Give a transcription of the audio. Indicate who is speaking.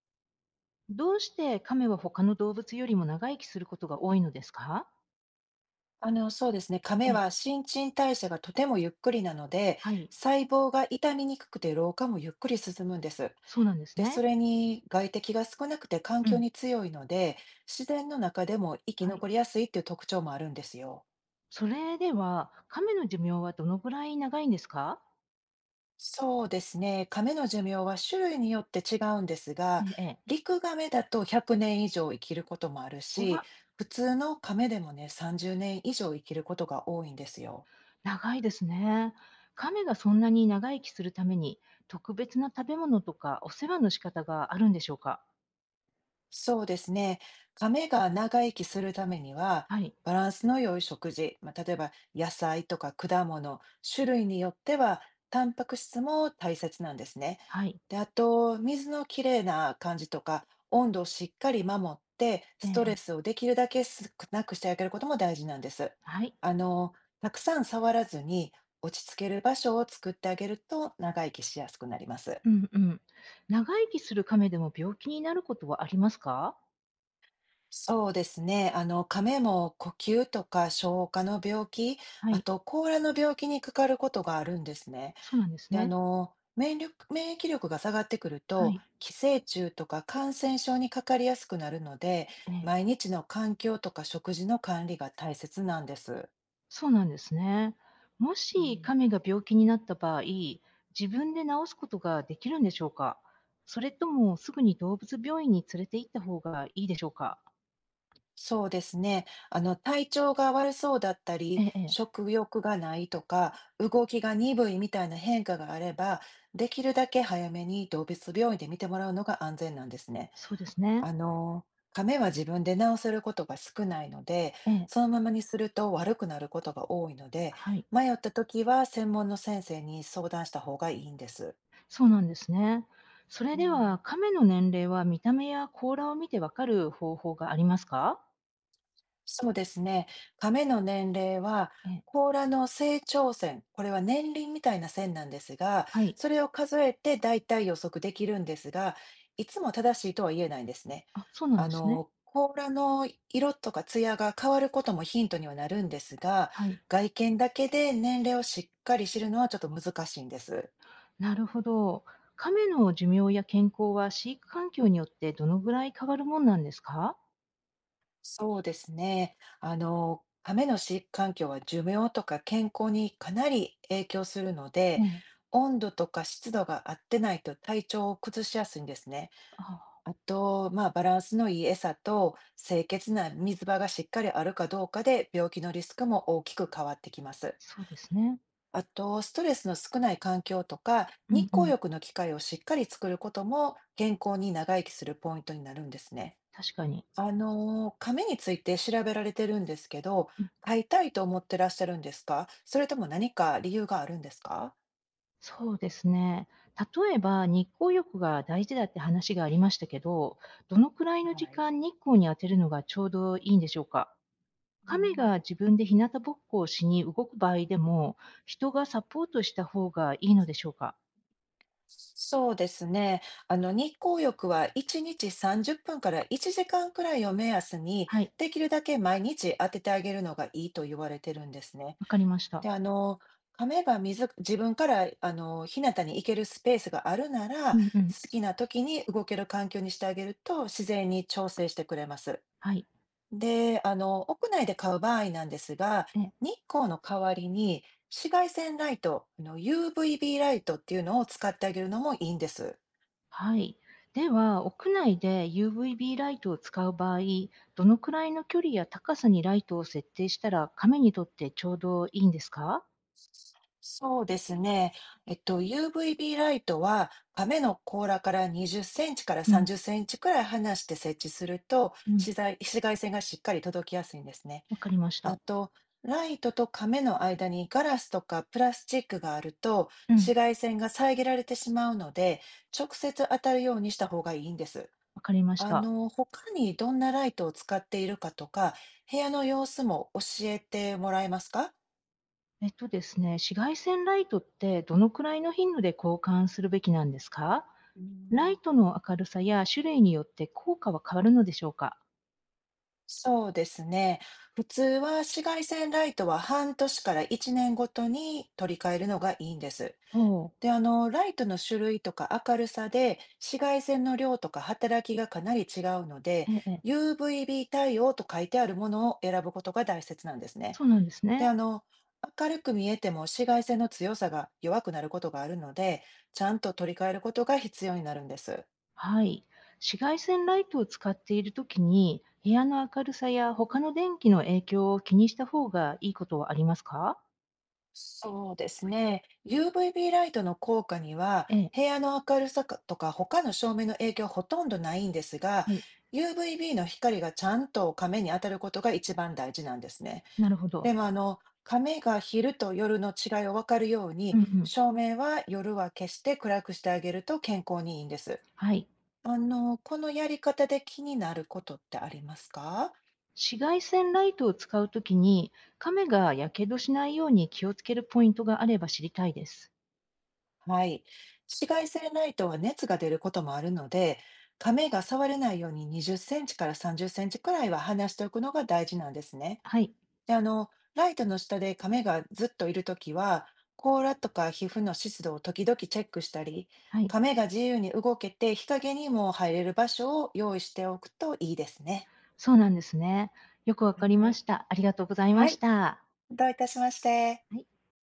Speaker 1: どうして亀は他の動物よりも長生きすることが多いのですか？
Speaker 2: そうですね。亀
Speaker 1: ええ、
Speaker 2: は新陳代謝がとてもゆっくりなので、
Speaker 1: はい。
Speaker 2: 細胞が傷みにくくて老化もゆっくり進むんです。
Speaker 1: そうなんです
Speaker 2: で、そ
Speaker 1: ね。
Speaker 2: れに外敵が少なくて環
Speaker 1: う
Speaker 2: 境
Speaker 1: ん。
Speaker 2: に強いので、自然の中でも生き
Speaker 1: はい。
Speaker 2: 残りやすいっていう特徴もあるんですよ。
Speaker 1: それでは、亀の寿命はどのぐらい長いんですか？
Speaker 2: そうですね。亀の寿命は種類によって違うんです
Speaker 1: え
Speaker 2: が、
Speaker 1: え、ええ。
Speaker 2: 陸亀だと100年以上生きることもある
Speaker 1: う
Speaker 2: し、
Speaker 1: わ、
Speaker 2: 普通の亀でもね、30年以上生きることが多いんですよ。
Speaker 1: 長いですね。亀がそんなに長生きするために、特別な食べ物とかお世話の仕方があるんでしょうか？
Speaker 2: そうですね。亀が長生きするためには、
Speaker 1: はい。
Speaker 2: バランスの良い食事、まあ、例えば野菜とか果物、種類によっては、タンパク質も大切なんですね。
Speaker 1: はい。
Speaker 2: で、あと、水のきれいな感じとか、温度をしっかり守って、
Speaker 1: え
Speaker 2: ストレ
Speaker 1: え、ええ。
Speaker 2: スをできるだけ少なくしてあげることも大事なんです。
Speaker 1: はい。
Speaker 2: あの、たくさん触らずに、落ち着ける場所を作ってあげると長生きしやすくなります。
Speaker 1: うんうん。長生きする亀でも病気になることはありますか？
Speaker 2: そうですね。カメも呼吸とか消化の病気、
Speaker 1: は
Speaker 2: あ
Speaker 1: い。
Speaker 2: と甲羅の病気にかかることがあるんですね。
Speaker 1: そうなんです
Speaker 2: で、
Speaker 1: ね。
Speaker 2: 免疫力が下がってくる
Speaker 1: は
Speaker 2: と、
Speaker 1: い。
Speaker 2: 寄生虫とか感染症にかかりやすくなるので、
Speaker 1: ええ。
Speaker 2: 毎日の環境とか食事の管理が大切なんです。
Speaker 1: そうなんですね。も
Speaker 2: う
Speaker 1: し
Speaker 2: ん。
Speaker 1: 亀が病気になった場合、自分で治すことができるんでしょうか？それともすぐに動物病院に連れて行った方がいいでしょうか？
Speaker 2: そうですね。体調が悪そうだった
Speaker 1: え
Speaker 2: り、
Speaker 1: え、ええ。
Speaker 2: 食欲がないとか、動きが鈍いみたいな変化があれば、できるだけ早めに動物病院で見てもらうのが安全なんですね。
Speaker 1: そうですね。
Speaker 2: あの、亀は自分で治せることが少ないので、
Speaker 1: ええ、
Speaker 2: そのままにすると悪くなることが多いので、
Speaker 1: はい。
Speaker 2: 迷った時は専門の先生に相談した方がいいんです。
Speaker 1: そうなんですね。それ
Speaker 2: う
Speaker 1: では、
Speaker 2: ん。
Speaker 1: 亀の年齢は見た目や甲羅を見てわかる方法がありますか？
Speaker 2: そうですね。亀の年齢は、
Speaker 1: ええ、
Speaker 2: 甲羅の成長線、これは年輪みたいな線なんですが、
Speaker 1: はい。
Speaker 2: それを数えて大体予測できるんですが、いつも正しいとは言えないんですね。
Speaker 1: あ、そうなんですね。
Speaker 2: 甲羅の色とか艶が変わることもヒントにはなるんですが、
Speaker 1: はい。
Speaker 2: 外見だけで年齢をしっかり知るのはちょっと難しいんです。
Speaker 1: なるほど。亀の寿命や健康は飼育環境によってどのぐらい変わるもんなんですか？
Speaker 2: そうですね。亀の飼育環境は寿命とか健康にかなり影響するので、
Speaker 1: ね。
Speaker 2: 温度とか湿度が合ってないと体調を崩しやすいんですね。
Speaker 1: ああ、
Speaker 2: あと、まあ、バランスのいい餌と清潔な水場がしっかりあるかどうかで病気のリスクも大きく変わってきます。
Speaker 1: そうですね。
Speaker 2: あと、ストレスの少ない環境とか
Speaker 1: う
Speaker 2: 日
Speaker 1: んう
Speaker 2: 光
Speaker 1: ん。
Speaker 2: 浴の機会をしっかり作ることも健康に長生きするポイントになるんですね。
Speaker 1: 確かに。
Speaker 2: 紙について調べられてるんですけど、
Speaker 1: うん、
Speaker 2: 買いたいと思ってらっしゃるんですか？それとも何か理由があるんですか？
Speaker 1: そうですね。例えば、日光浴が大事だって話がありましたけど、どのくらいの
Speaker 2: は
Speaker 1: 時
Speaker 2: い。
Speaker 1: 間日光に当てるのがちょうどいいんでしょうか？
Speaker 2: う
Speaker 1: 亀
Speaker 2: ん。
Speaker 1: が自分で日向ぼっこをしに動く場合でも、人がサポートした方がいいのでしょうか？
Speaker 2: そうですね。日光浴は1日30分から1時間くらいを目安に、
Speaker 1: はい、
Speaker 2: できるだけ毎日当ててあげるのがいいと言われてるんですね。
Speaker 1: わかりました。
Speaker 2: で、噛めば水自分から日向に行けるスペースがあるなら、
Speaker 1: うんうん。
Speaker 2: 好きな時に動ける環境にしてあげると、自然に調整してくれます。
Speaker 1: はい。
Speaker 2: で、屋内で買う場合なんですが、
Speaker 1: ええ。
Speaker 2: 日光の代わりに紫外線ライト、あの UVB ライトっていうのを使ってあげるのもいいんです。
Speaker 1: はい。では、屋内で UVB ライトを使う場合、どのくらいの距離や高さにライトを設定したら、亀にとってちょうどいいんですか？
Speaker 2: そうですね。UVB ライトは亀の甲羅から20センチから
Speaker 1: う
Speaker 2: 30
Speaker 1: ん、
Speaker 2: センチくらい離して設置すると、
Speaker 1: うん。
Speaker 2: 紫外線がしっかり届きやすいんですね。
Speaker 1: わかりまし
Speaker 2: あ
Speaker 1: た。
Speaker 2: と、ライトと亀の間にガラスとかプラスチックがあると
Speaker 1: う
Speaker 2: 紫
Speaker 1: ん。
Speaker 2: 外線が遮られてしまうので、直接当たるようにした方がいいんです。
Speaker 1: わかりました。
Speaker 2: 他にどんなライトを使っているかとか、部屋の様子も教えてもらえますか？
Speaker 1: えっとですね、紫外線ライトってどのくらいの頻度で交換するべきなんですか？ライトの明るさや種類によって効果は変わるのでしょうか？
Speaker 2: そうですね。普通は紫外線ライトは半年から1年ごとに取り替えるのがいいんです。
Speaker 1: おおう、
Speaker 2: で、ライトの種類とか明るさで紫外線の量とか働きがかなり違うので、
Speaker 1: ええ。
Speaker 2: UVB 対応と書いてあるものを選ぶことが大切なんですね。
Speaker 1: そうなんです
Speaker 2: で、
Speaker 1: ね。
Speaker 2: 明るく見えても紫外線の強さが弱くなることがあるので、ちゃんと取り替えることが必要になるんです。
Speaker 1: はい。紫外線ライトを使っているときに、部屋の明るさや他の電気の影響を気にした方がいいことはありますか？
Speaker 2: そうですね。UVB ライトの効果には、
Speaker 1: ええ、
Speaker 2: 部屋の明るさかとか他の照明の影響ほとんどないんですが、
Speaker 1: はい。
Speaker 2: UVB の光がちゃんと亀に当たることが一番大事なんですね。
Speaker 1: なるほど。
Speaker 2: でも亀が昼と夜の違いを分かるよう
Speaker 1: う
Speaker 2: に、
Speaker 1: んうん。
Speaker 2: 照明は夜は消して暗くしてあげると健康にいいんです。
Speaker 1: はい。
Speaker 2: このやり方で気になることってありますか？
Speaker 1: 紫外線ライトを使うときに、カメがやけどしないように気をつけるポイントがあれば知りたいです。
Speaker 2: はい。紫外線ライトは熱が出ることもあるので、髪が触れないように20センチから30センチくらいは離しておくのが大事なんですね。
Speaker 1: はい。
Speaker 2: で、ライトの下で髪がずっといるときは、甲羅とか皮膚の湿度を時々チェックしたり、
Speaker 1: はい。
Speaker 2: 髪が自由に動けて日陰にも入れる場所を用意しておくといいですね。
Speaker 1: そうなんですね。よくわかり
Speaker 2: は
Speaker 1: ま
Speaker 2: い。
Speaker 1: した。ありがとうございま
Speaker 2: は
Speaker 1: し
Speaker 2: い。
Speaker 1: た。は
Speaker 2: どういたしまして。
Speaker 1: い。